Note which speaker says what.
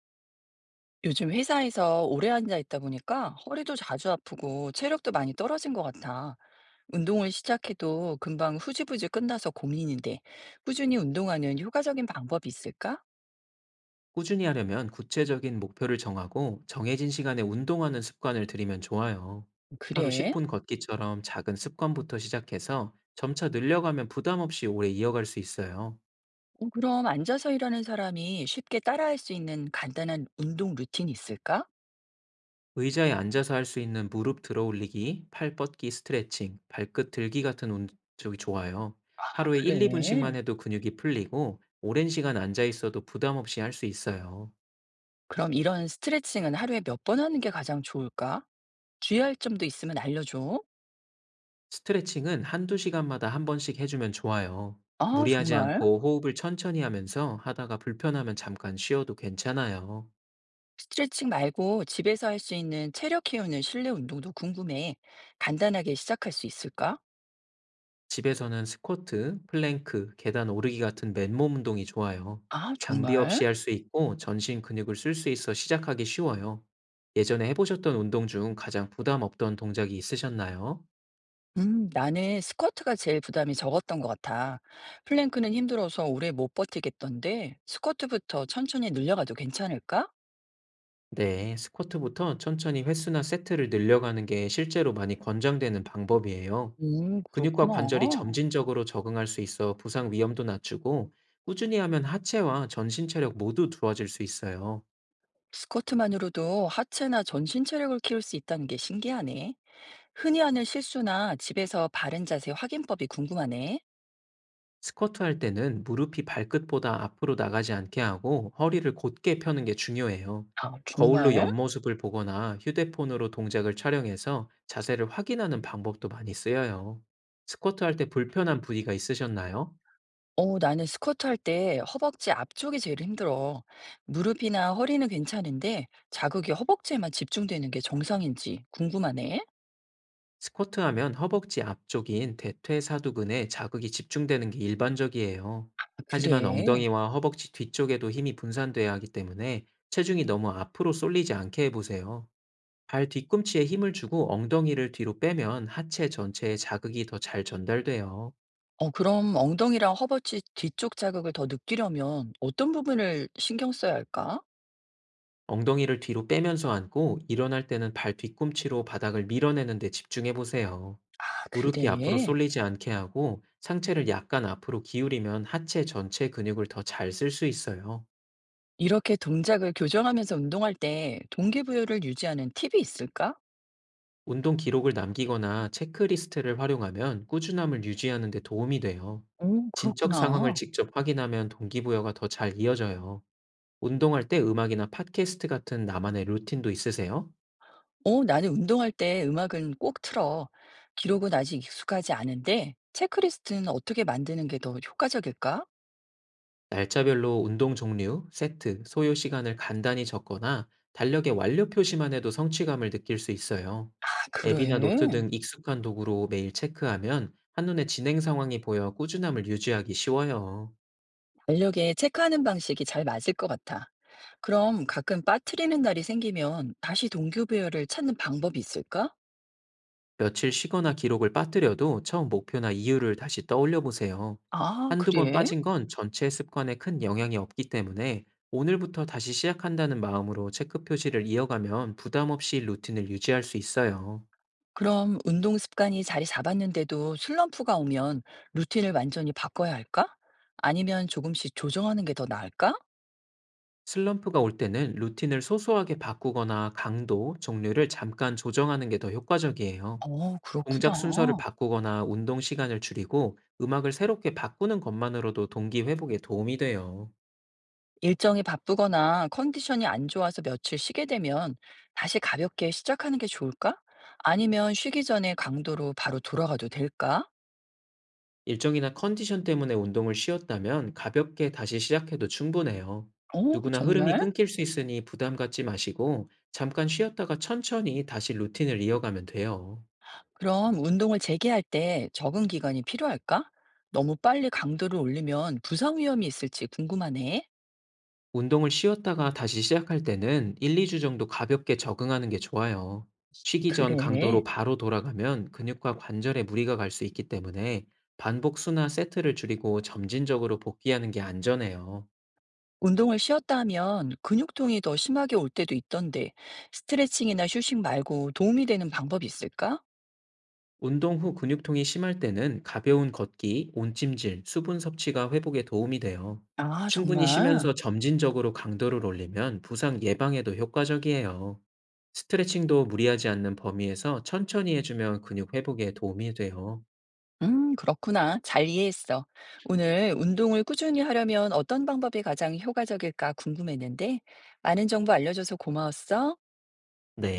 Speaker 1: 요즘 회사에서 오래 앉아 있다 보니까 허리도 자주 아프고 체력도 많이 떨어진 것 같아. 운동을 시작해도 금방 후지부지 끝나서 고민인데, 꾸준히 운동하는 효과적인 방법이 있을까?
Speaker 2: 꾸준히 하려면 구체적인 목표를 정하고 정해진 시간에 운동하는 습관을 들이면 좋아요. 하루
Speaker 1: 그래?
Speaker 2: 10분 걷기처럼 작은 습관부터 시작해서 점차 늘려가면 부담 없이 오래 이어갈 수 있어요.
Speaker 1: 그럼 앉아서 일하는 사람이 쉽게 따라할 수 있는 간단한 운동 루틴이 있을까?
Speaker 2: 의자에 앉아서 할 수 있는 무릎 들어 올리기, 팔 뻗기 스트레칭, 발끝 들기 같은 운동이 좋아요.
Speaker 1: 아,
Speaker 2: 하루에
Speaker 1: 그래.
Speaker 2: 1, 2분씩만 해도 근육이 풀리고 오랜 시간 앉아 있어도 부담 없이 할 수 있어요.
Speaker 1: 그럼 이런 스트레칭은 하루에 몇 번 하는 게 가장 좋을까? 주의할 점도 있으면 알려줘.
Speaker 2: 스트레칭은 한두 시간마다 한 번씩 해주면 좋아요.
Speaker 1: 아,
Speaker 2: 무리하지
Speaker 1: 정말?
Speaker 2: 않고 호흡을 천천히 하면서 하다가 불편하면 잠깐 쉬어도 괜찮아요.
Speaker 1: 스트레칭 말고 집에서 할 수 있는 체력 키우는 실내 운동도 궁금해. 간단하게 시작할 수 있을까?
Speaker 2: 집에서는 스쿼트, 플랭크, 계단 오르기 같은 맨몸 운동이 좋아요.
Speaker 1: 아,
Speaker 2: 장비
Speaker 1: 정말?
Speaker 2: 없이 할 수 있고 전신 근육을 쓸 수 있어 시작하기 쉬워요. 예전에 해보셨던 운동 중 가장 부담 없던 동작이 있으셨나요?
Speaker 1: 나는 스쿼트가 제일 부담이 적었던 것 같아. 플랭크는 힘들어서 오래 못 버티겠던데, 스쿼트부터 천천히 늘려가도 괜찮을까?
Speaker 2: 네, 스쿼트부터 천천히 횟수나 세트를 늘려가는 게 실제로 많이 권장되는 방법이에요. 근육과
Speaker 1: 그렇구나.
Speaker 2: 관절이 점진적으로 적응할 수 있어 부상 위험도 낮추고 꾸준히 하면 하체와 전신 체력 모두 좋아질 수 있어요.
Speaker 1: 스쿼트만으로도 하체나 전신 체력을 키울 수 있다는 게 신기하네. 흔히 하는 실수나 집에서 바른 자세 확인법이 궁금하네.
Speaker 2: 스쿼트 할 때는 무릎이 발끝보다 앞으로 나가지 않게 하고 허리를 곧게 펴는 게 중요해요.
Speaker 1: 아,
Speaker 2: 거울로
Speaker 1: 정말?
Speaker 2: 옆모습을 보거나 휴대폰으로 동작을 촬영해서 자세를 확인하는 방법도 많이 쓰여요. 스쿼트 할 때 불편한 부위가 있으셨나요?
Speaker 1: 어 나는 스쿼트 할 때 허벅지 앞쪽이 제일 힘들어. 무릎이나 허리는 괜찮은데 자극이 허벅지에만 집중되는 게 정상인지 궁금하네.
Speaker 2: 스쿼트 하면 허벅지 앞쪽인 대퇴사두근에 자극이 집중되는 게 일반적이에요.
Speaker 1: 아,
Speaker 2: 하지만
Speaker 1: 그래.
Speaker 2: 엉덩이와 허벅지 뒤쪽에도 힘이 분산돼야 하기 때문에 체중이 너무 앞으로 쏠리지 않게 해보세요. 발 뒤꿈치에 힘을 주고 엉덩이를 뒤로 빼면 하체 전체에 자극이 더 잘 전달돼요.
Speaker 1: 그럼 엉덩이랑 허벅지 뒤쪽 자극을 더 느끼려면 어떤 부분을 신경 써야 할까?
Speaker 2: 엉덩이를 뒤로 빼면서 앉고 일어날 때는 발 뒤꿈치로 바닥을 밀어내는 데 집중해보세요.
Speaker 1: 아,
Speaker 2: 무릎이 앞으로
Speaker 1: 그래.
Speaker 2: 쏠리지 않게 하고 상체를 약간 앞으로 기울이면 하체 전체 근육을 더 잘 쓸 수 있어요.
Speaker 1: 이렇게 동작을 교정하면서 운동할 때 동기부여를 유지하는 팁이 있을까?
Speaker 2: 운동 기록을 남기거나 체크리스트를 활용하면 꾸준함을 유지하는 데 도움이 돼요.
Speaker 1: 오,
Speaker 2: 진척 상황을
Speaker 1: 그렇구나.
Speaker 2: 직접 확인하면 동기부여가 더 잘 이어져요. 운동할 때 음악이나 팟캐스트 같은 나만의 루틴도 있으세요?
Speaker 1: 어, 나는 운동할 때 음악은 꼭 틀어. 기록은 아직 익숙하지 않은데, 체크리스트는 어떻게 만드는 게 더 효과적일까?
Speaker 2: 날짜별로 운동 종류, 세트, 소요 시간을 간단히 적거나 달력에 완료 표시만 해도 성취감을 느낄 수 있어요.
Speaker 1: 아,
Speaker 2: 앱이나 노트
Speaker 1: 그래.
Speaker 2: 등 익숙한 도구로 매일 체크하면 한눈에 진행 상황이 보여 꾸준함을 유지하기 쉬워요.
Speaker 1: 달력에 체크하는 방식이 잘 맞을 것 같아. 그럼 가끔 빠뜨리는 날이 생기면 다시 동기부여를 찾는 방법이 있을까?
Speaker 2: 며칠 쉬거나 기록을 빠뜨려도 처음 목표나 이유를 다시 떠올려 보세요.
Speaker 1: 아,
Speaker 2: 한두 번
Speaker 1: 그래?
Speaker 2: 빠진 건 전체 습관에 큰 영향이 없기 때문에 오늘부터 다시 시작한다는 마음으로 체크 표시를 이어가면 부담 없이 루틴을 유지할 수 있어요.
Speaker 1: 그럼 운동 습관이 자리 잡았는데도 슬럼프가 오면 루틴을 완전히 바꿔야 할까? 아니면 조금씩 조정하는 게 더 나을까?
Speaker 2: 슬럼프가 올 때는 루틴을 소소하게 바꾸거나 강도, 종류를 잠깐 조정하는 게 더 효과적이에요.
Speaker 1: 그렇구나.
Speaker 2: 동작 순서를 바꾸거나 운동 시간을 줄이고 음악을 새롭게 바꾸는 것만으로도 동기 회복에 도움이 돼요.
Speaker 1: 일정이 바쁘거나 컨디션이 안 좋아서 며칠 쉬게 되면 다시 가볍게 시작하는 게 좋을까? 아니면 쉬기 전에 강도로 바로 돌아가도 될까?
Speaker 2: 일정이나 컨디션 때문에 운동을 쉬었다면 가볍게 다시 시작해도 충분해요.
Speaker 1: 어,
Speaker 2: 누구나 흐름이
Speaker 1: 정말?
Speaker 2: 끊길 수 있으니 부담 갖지 마시고 잠깐 쉬었다가 천천히 다시 루틴을 이어가면 돼요.
Speaker 1: 그럼 운동을 재개할 때 적응 기간이 필요할까? 너무 빨리 강도를 올리면 부상 위험이 있을지 궁금하네.
Speaker 2: 운동을 쉬었다가 다시 시작할 때는 1~2주 정도 가볍게 적응하는 게 좋아요. 쉬기 전 강도로
Speaker 1: 그래.
Speaker 2: 바로 돌아가면 근육과 관절에 무리가 갈 수 있기 때문에 반복 수나 세트를 줄이고 점진적으로 복귀하는 게 안전해요.
Speaker 1: 운동을 쉬었다 하면 근육통이 더 심하게 올 때도 있던데 스트레칭이나 휴식 말고 도움이 되는 방법이 있을까?
Speaker 2: 운동 후 근육통이 심할 때는 가벼운 걷기, 온찜질, 수분 섭취가 회복에 도움이 돼요.
Speaker 1: 아, 정말?
Speaker 2: 충분히 쉬면서 점진적으로 강도를 올리면 부상 예방에도 효과적이에요. 스트레칭도 무리하지 않는 범위에서 천천히 해주면 근육 회복에 도움이 돼요.
Speaker 1: 그렇구나. 잘 이해했어. 오늘 운동을 꾸준히 하려면 어떤 방법이 가장 효과적일까 궁금했는데, 많은 정보 알려줘서 고마웠어.
Speaker 2: 네.